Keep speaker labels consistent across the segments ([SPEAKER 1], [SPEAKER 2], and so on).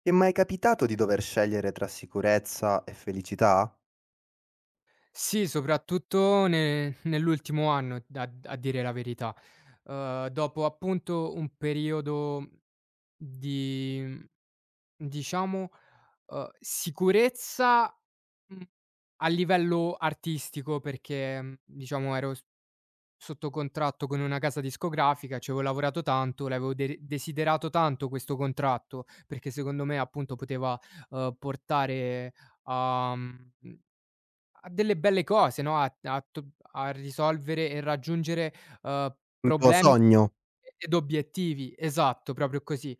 [SPEAKER 1] Ti è mai capitato di dover scegliere tra sicurezza e felicità?
[SPEAKER 2] Sì, soprattutto ne nell'ultimo anno a dire la verità. Dopo appunto un periodo di, mhmm, diciamo, sicurezza, mhmm, a livello artistico perché, diciamo ero s sotto contratto con una casa discografica, ci avevo lavorato tanto, l'avevo de desiderato tanto questo contratto, perché secondo me appunto poteva, portare a, mhmm a delle belle cose, no, a a to a risolvere e raggiungere, uhm,
[SPEAKER 1] Un tuo
[SPEAKER 2] problemi
[SPEAKER 1] sogno?
[SPEAKER 2] ed obiettivi. Esatto, proprio così.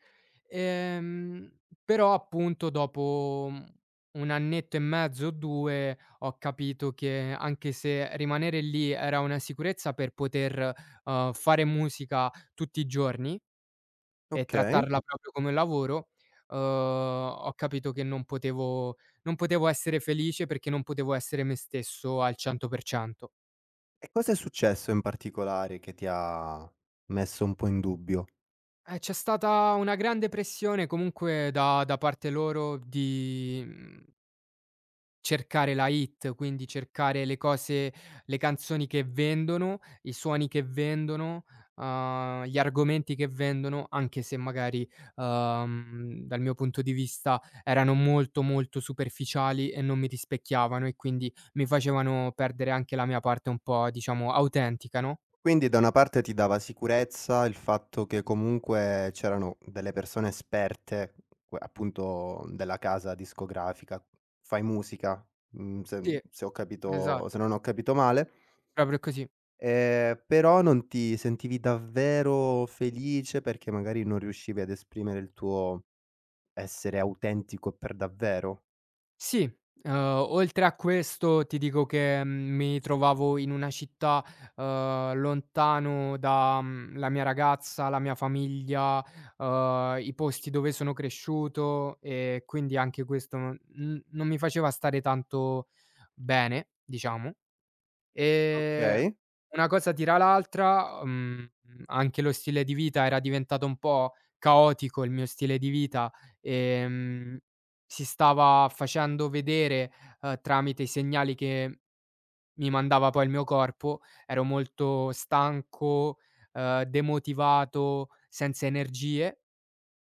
[SPEAKER 2] Però appunto dopo, un annetto e mezzo o 2 ho capito che anche se rimanere lì era una sicurezza per poter, fare musica tutti i giorni e
[SPEAKER 1] Okay.
[SPEAKER 2] trattarla proprio come un lavoro, ho capito che non potevo essere felice perché non potevo essere me stesso al 100%.
[SPEAKER 1] E cosa è successo in particolare che ti ha messo un po' in dubbio?
[SPEAKER 2] C'è stata una grande pressione comunque da parte loro di mhmm cercare la hit, quindi cercare le canzoni che vendono, i suoni che vendono, gli argomenti che vendono, anche se magari, dal mio punto di vista erano molto, molto superficiali e non mi rispecchiavano e quindi mi facevano perdere anche la mia parte un po' diciamo autentica, no?
[SPEAKER 1] Quindi da una parte ti dava sicurezza il fatto che comunque c'erano delle persone esperte, que appunto della casa discografica, fai musica, mhmm, se
[SPEAKER 2] Sì,
[SPEAKER 1] se ho capito se
[SPEAKER 2] esatto,
[SPEAKER 1] non ho capito male.
[SPEAKER 2] proprio così.
[SPEAKER 1] Però non ti sentivi davvero felice perché magari non riuscivi ad esprimere il tuo essere autentico per davvero.
[SPEAKER 2] Sì, uhm, oltre a questo ti dico che, mi trovavo in una città, lontano da, la mia ragazza, la mia famiglia, i posti dove sono cresciuto e quindi anche questo non mi faceva stare tanto bene, diciamo. Ehm,
[SPEAKER 1] Okay,
[SPEAKER 2] una cosa tira l'altra, anche lo stile di vita era diventato un po' caotico il mio stile di vita, ehm, si stava facendo vedere, tramite i segnali che mi mandava poi il mio corpo. Ero molto stanco, demotivato, senza energie,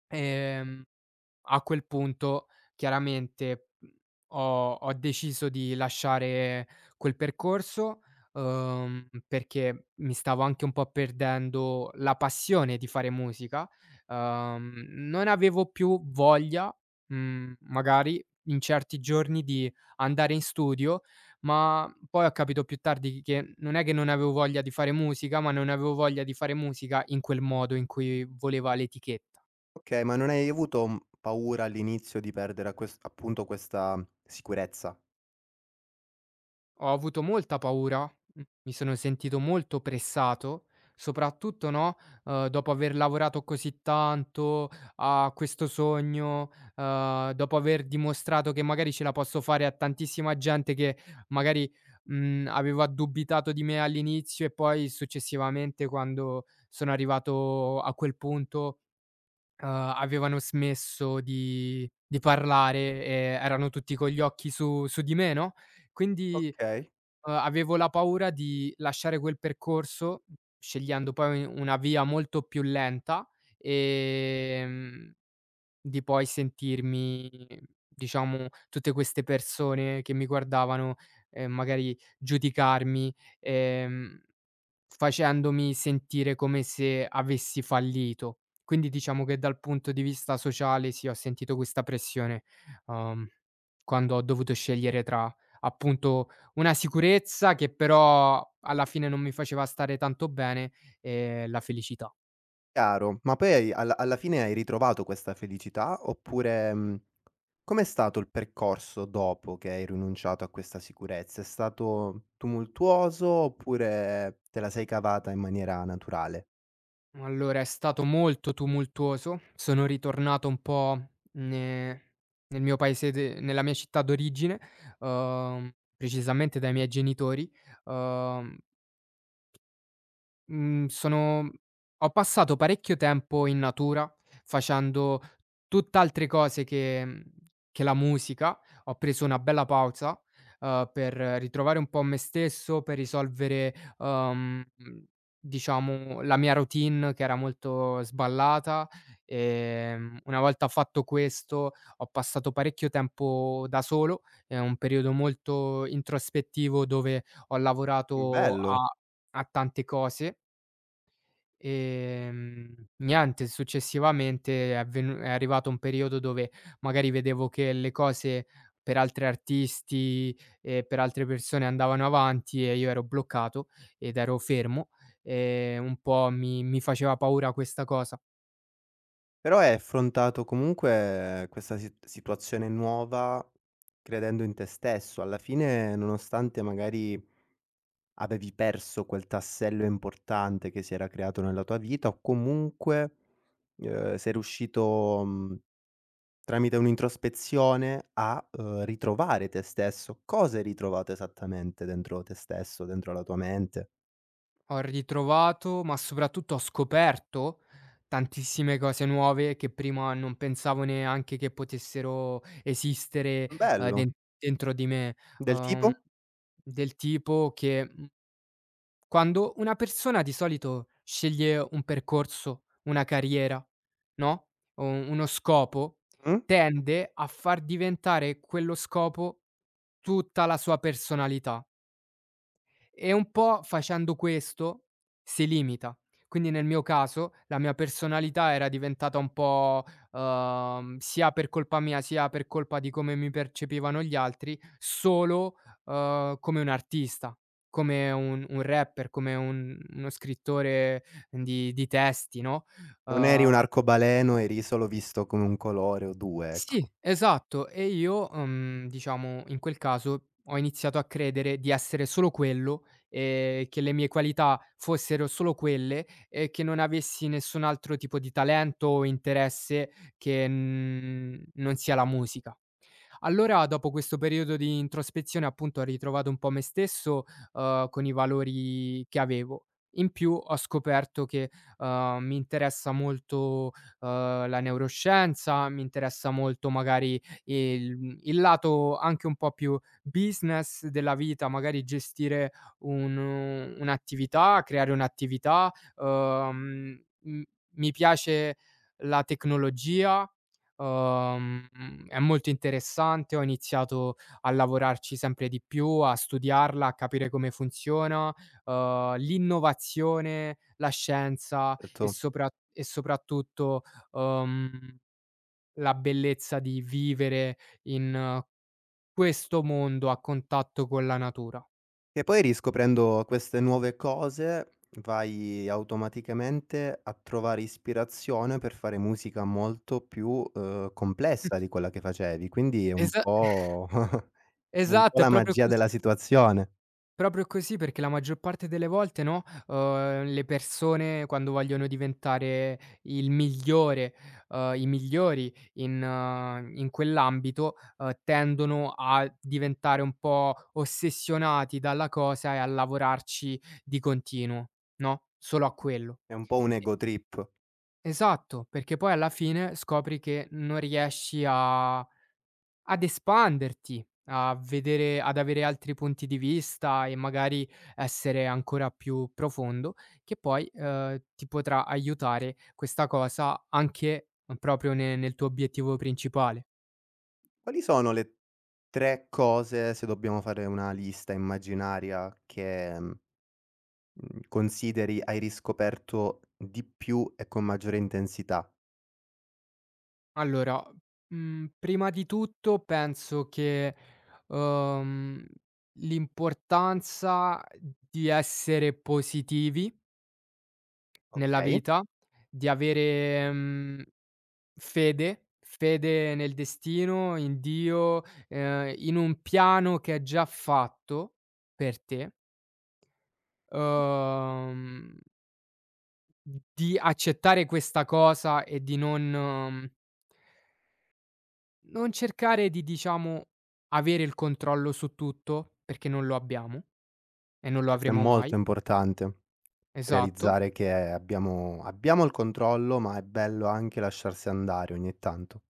[SPEAKER 2] ehm a quel punto chiaramente, ho deciso di lasciare quel percorso, perché mi stavo anche un po' perdendo la passione di fare musica. Non avevo più voglia, magari in certi giorni di andare in studio, ma poi ho capito più tardi che non è che non avevo voglia di fare musica, ma non avevo voglia di fare musica in quel modo in cui voleva l'etiche.
[SPEAKER 1] okay, ma non hai avuto, mhmm, paura all'inizio di perdere a ques appunto questa sicurezza?
[SPEAKER 2] Ho avuto molta paura, mi sono sentito molto pressato, soprattutto, no, dopo aver lavorato così tanto a questo sogno, dopo aver dimostrato che magari ce la posso fare a tantissima gente che magari, aveva dubitato di me all'inizio e poi successivamente quando sono arrivato a quel punto, uhm, avevano smesso di parlare e erano tutti con gli occhi su di me, no, quindi
[SPEAKER 1] Okay,
[SPEAKER 2] Avevo la paura di lasciare quel percorso, scegliendo poi un una via molto più lenta, ehm, di poi sentirmi, diciamo, tutte queste persone che mi guardavano, magari giudicarmi, ehm facendomi sentire come se avessi fallito. Quindi diciamo che dal punto di vista sociale sì, ho sentito questa pressione, uhm, quando ho dovuto scegliere tra, appunto, una sicurezza che però alla fine non mi faceva stare tanto bene e la felicità.
[SPEAKER 1] chiaro. Ma poi hai alla fine hai ritrovato questa felicità oppure, mhmm, com'è stato il percorso dopo che hai rinunciato a questa sicurezza? È stato tumultuoso oppure te la sei cavata in maniera naturale?
[SPEAKER 2] Allora è stato molto tumultuoso, sono ritornato un po' ne nel mio paese de nella mia città d'origine, uhm, precisamente dai miei genitori, uhm Mhmm, sono ho passato parecchio tempo in natura, facendo tutt'altre cose che la musica. Ho preso una bella pausa, per ritrovare un po' me stesso, per risolvere, diciamo la mia routine che era molto sballata. Una volta fatto questo, ho passato parecchio tempo da solo, è un periodo molto introspettivo dove ho lavorato
[SPEAKER 1] Bello.
[SPEAKER 2] a tante cose. Niente, successivamente è arrivato un periodo dove magari vedevo che le cose per altri artisti e per altre persone andavano avanti e io ero bloccato ed ero fermo, e un po' mi faceva paura questa cosa.
[SPEAKER 1] Però hai affrontato comunque questa si situazione nuova credendo in te stesso. Alla fine, nonostante magari avevi perso quel tassello importante che si era creato nella tua vita o comunque, sei riuscito, mhmm, tramite un'introspezione a, ritrovare te stesso. Cosa hai ritrovato esattamente dentro te stesso, dentro la tua mente?
[SPEAKER 2] Ho ritrovato, ma soprattutto ho scoperto tantissime cose nuove che prima non pensavo neanche che potessero esistere, uhm,
[SPEAKER 1] Bello.
[SPEAKER 2] den dentro di me,
[SPEAKER 1] Del
[SPEAKER 2] uhm,
[SPEAKER 1] tipo?
[SPEAKER 2] del tipo che, quando una persona di solito sceglie un percorso, una carriera, no, u uno scopo,
[SPEAKER 1] Mh?
[SPEAKER 2] tende a far diventare quello scopo tutta la sua personalità. E un po' facendo questo si limita. Quindi nel mio caso la mia personalità era diventata un po', sia per colpa mia, sia per colpa di come mi percepivano gli altri, solo, come un artista, come un rapper, come un uno scrittore di testi, no,
[SPEAKER 1] Non eri un
[SPEAKER 2] uhm
[SPEAKER 1] arcobaleno, eri solo visto come un colore o 2,
[SPEAKER 2] sì,
[SPEAKER 1] ecco.
[SPEAKER 2] esatto. E io, diciamo, in quel caso ho iniziato a credere di essere solo quello, che le mie qualità fossero solo quelle e che non avessi nessun altro tipo di talento o interesse che, non sia la musica. Allora, dopo questo periodo di introspezione, appunto, ho ritrovato un po' me stesso, con i valori che avevo. In più ho scoperto che, mi interessa molto, la neuroscienza, mi interessa molto magari il lato anche un po' più business della vita, magari gestire un'attività, creare un'attività, uhm, m mi piace la tecnologia. È molto interessante, ho iniziato a lavorarci sempre di più, a studiarla, a capire come funziona, l'innovazione, la scienza
[SPEAKER 1] Certo.
[SPEAKER 2] e soprattutto, uhm, la bellezza di vivere in questo mondo a contatto con la natura.
[SPEAKER 1] E poi riscoprendo queste nuove cose, vai automaticamente a trovare ispirazione per fare musica molto più, complessa di quella che facevi, quindi è un
[SPEAKER 2] Esa
[SPEAKER 1] po' è un po'
[SPEAKER 2] esatto, è
[SPEAKER 1] la
[SPEAKER 2] proprio
[SPEAKER 1] magia
[SPEAKER 2] così.
[SPEAKER 1] della situazione,
[SPEAKER 2] Proprio così, perché la maggior parte delle volte, no, le persone quando vogliono diventare il migliore, i migliori in in quell'ambito, tendono a diventare un po' ossessionati dalla cosa e a lavorarci di continuo, no, solo a quello.
[SPEAKER 1] è un po' un ego trip.
[SPEAKER 2] Esatto, perché poi alla fine scopri che non riesci a ad espanderti, a vedere ad avere altri punti di vista e magari essere ancora più profondo, che poi, ti potrà aiutare questa cosa anche proprio ne nel tuo obiettivo principale.
[SPEAKER 1] Quali sono le 3 cose, se dobbiamo fare una lista immaginaria, che mhmm, Mhmm, consideri hai riscoperto di più e con maggiore intensità,
[SPEAKER 2] Allora, prima di tutto penso che, uhm, l'importanza di essere positivi nella
[SPEAKER 1] okay?
[SPEAKER 2] vita, di avere, mhmm fede, fede nel destino, in Dio, in un piano che è già fatto per te, uhm, di accettare questa cosa e di non non cercare di, diciamo, avere il controllo su tutto, perché non lo abbiamo e non lo
[SPEAKER 1] Questo è
[SPEAKER 2] avremo mai.
[SPEAKER 1] molto importante,
[SPEAKER 2] Esatto.
[SPEAKER 1] realizzare che abbiamo il controllo, ma è bello anche lasciarsi andare ogni tanto.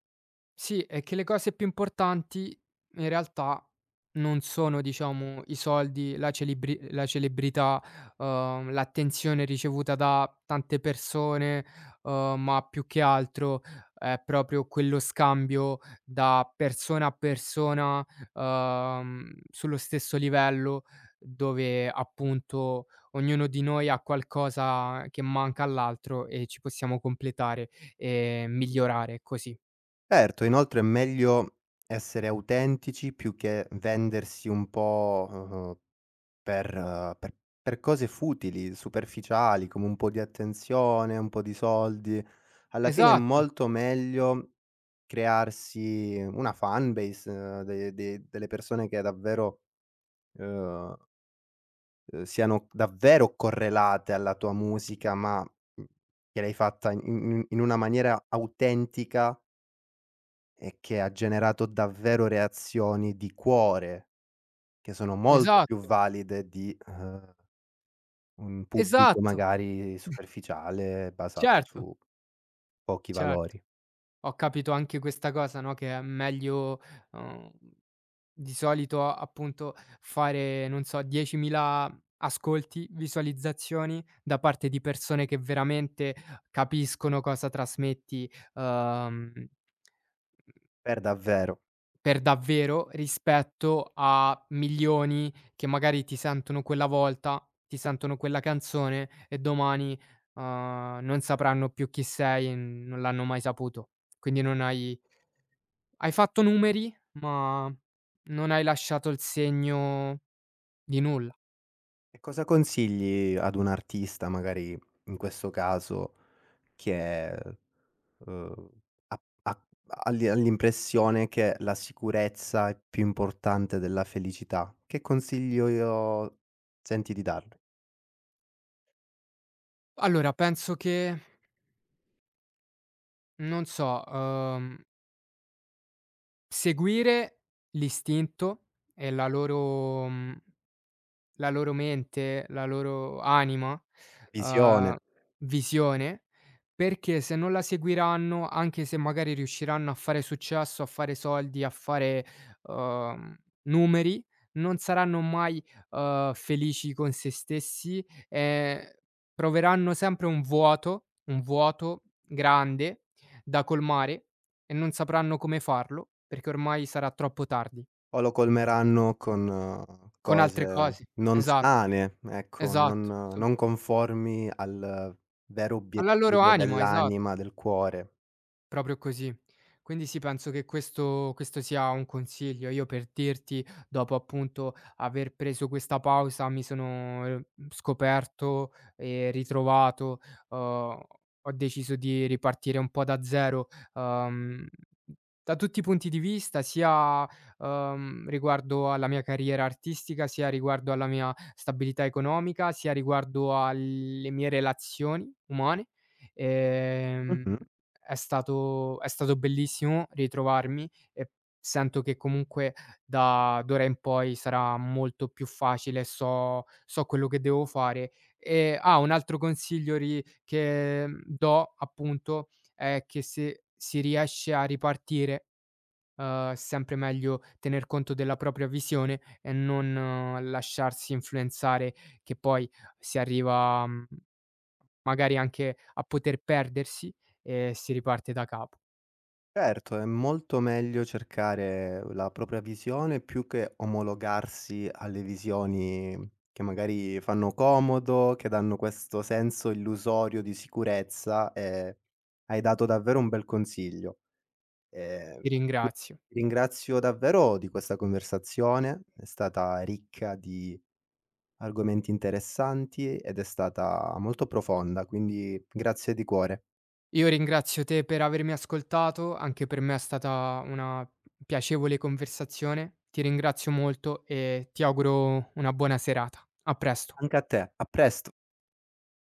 [SPEAKER 2] Sì, è che le cose più importanti in realtà non sono, diciamo, i soldi, la celebrità, l'attenzione ricevuta da tante persone, ma più che altro è proprio quello scambio da persona a persona, sullo stesso livello, dove appunto ognuno di noi ha qualcosa che manca all'altro e ci possiamo completare e migliorare così.
[SPEAKER 1] Certo, inoltre è meglio essere autentici più che vendersi un po', per per cose futili, superficiali, come un po' di attenzione, un po' di soldi. Alla fine è
[SPEAKER 2] Esatto.
[SPEAKER 1] molto meglio crearsi una fan base de de delle persone che davvero, uhm, siano davvero correlate alla tua musica, ma, mhmm, che l'hai fatta in in in una maniera autentica e che ha generato davvero reazioni di cuore, che sono molto più
[SPEAKER 2] Esatto,
[SPEAKER 1] valide di, un pubblico
[SPEAKER 2] esatto,
[SPEAKER 1] magari superficiale, basato
[SPEAKER 2] certo,
[SPEAKER 1] su pochi
[SPEAKER 2] certo.
[SPEAKER 1] valori.
[SPEAKER 2] Ho capito anche questa cosa, no, che è meglio, uhm, di solito appunto fare, non so, 10.000 ascolti, visualizzazioni da parte di persone che veramente capiscono cosa trasmetti,
[SPEAKER 1] Per davvero.
[SPEAKER 2] per davvero, rispetto a milioni che magari ti sentono quella volta, ti sentono quella canzone e domani, non sapranno più chi sei e non l'hanno mai saputo. Quindi non hai hai fatto numeri, ma non hai lasciato il segno di nulla.
[SPEAKER 1] E cosa consigli ad un artista, magari in questo caso, che, uhm, ha l'i ha l'impressione che la sicurezza è più importante della felicità? Che consiglio io senti di darle?
[SPEAKER 2] Allora penso che, non so, seguire l'istinto e la loro, mhmm la loro mente, la loro anima, uhm,
[SPEAKER 1] Visione.
[SPEAKER 2] visione, perché se non la seguiranno, anche se magari riusciranno a fare successo, a fare soldi, a fare, uhm, numeri, non saranno mai, felici con se stessi e proveranno sempre un vuoto grande da colmare e non sapranno come farlo, perché ormai sarà troppo tardi.
[SPEAKER 1] O lo colmeranno con
[SPEAKER 2] Con altre
[SPEAKER 1] cose
[SPEAKER 2] cose.
[SPEAKER 1] non
[SPEAKER 2] Esatto,
[SPEAKER 1] sane, ecco, non
[SPEAKER 2] esatto. Sop
[SPEAKER 1] non conformi al vero
[SPEAKER 2] Alla loro
[SPEAKER 1] obiettivo
[SPEAKER 2] anima, esatto.
[SPEAKER 1] dell'anima, del cuore.
[SPEAKER 2] Proprio così. Quindi sì, penso che questo sia un consiglio. Io per dirti, dopo appunto aver preso questa pausa, mi sono, scoperto e ritrovato, ho ho deciso di ripartire un po' da zero, da tutti i punti di vista, sia, riguardo alla mia carriera artistica, sia riguardo alla mia stabilità economica, sia riguardo alle mie relazioni umane. Ehm
[SPEAKER 1] Mh-mh.
[SPEAKER 2] è stato bellissimo ritrovarmi e sento che comunque da d'ora in poi sarà molto più facile, so quello che devo fare. E ah, un altro consiglio ri che, do appunto è che se si riesce a ripartire, è sempre meglio tener conto della propria visione e non lasciarsi influenzare che poi si arriva, magari anche a poter perdersi e si riparte da capo.
[SPEAKER 1] Certo, è molto meglio cercare la propria visione più che omologarsi alle visioni che magari fanno comodo, che danno questo senso illusorio di sicurezza e hai dato davvero un bel consiglio. Ehm,
[SPEAKER 2] Ti ringrazio.
[SPEAKER 1] ti ringrazio davvero di questa conversazione, è stata ricca di argomenti interessanti ed è stata molto profonda, quindi grazie di cuore.
[SPEAKER 2] Io ringrazio te per avermi ascoltato, anche per me è stata una piacevole conversazione. Ti ringrazio molto e ti auguro una buona serata. A presto.
[SPEAKER 1] Anche a te, a presto.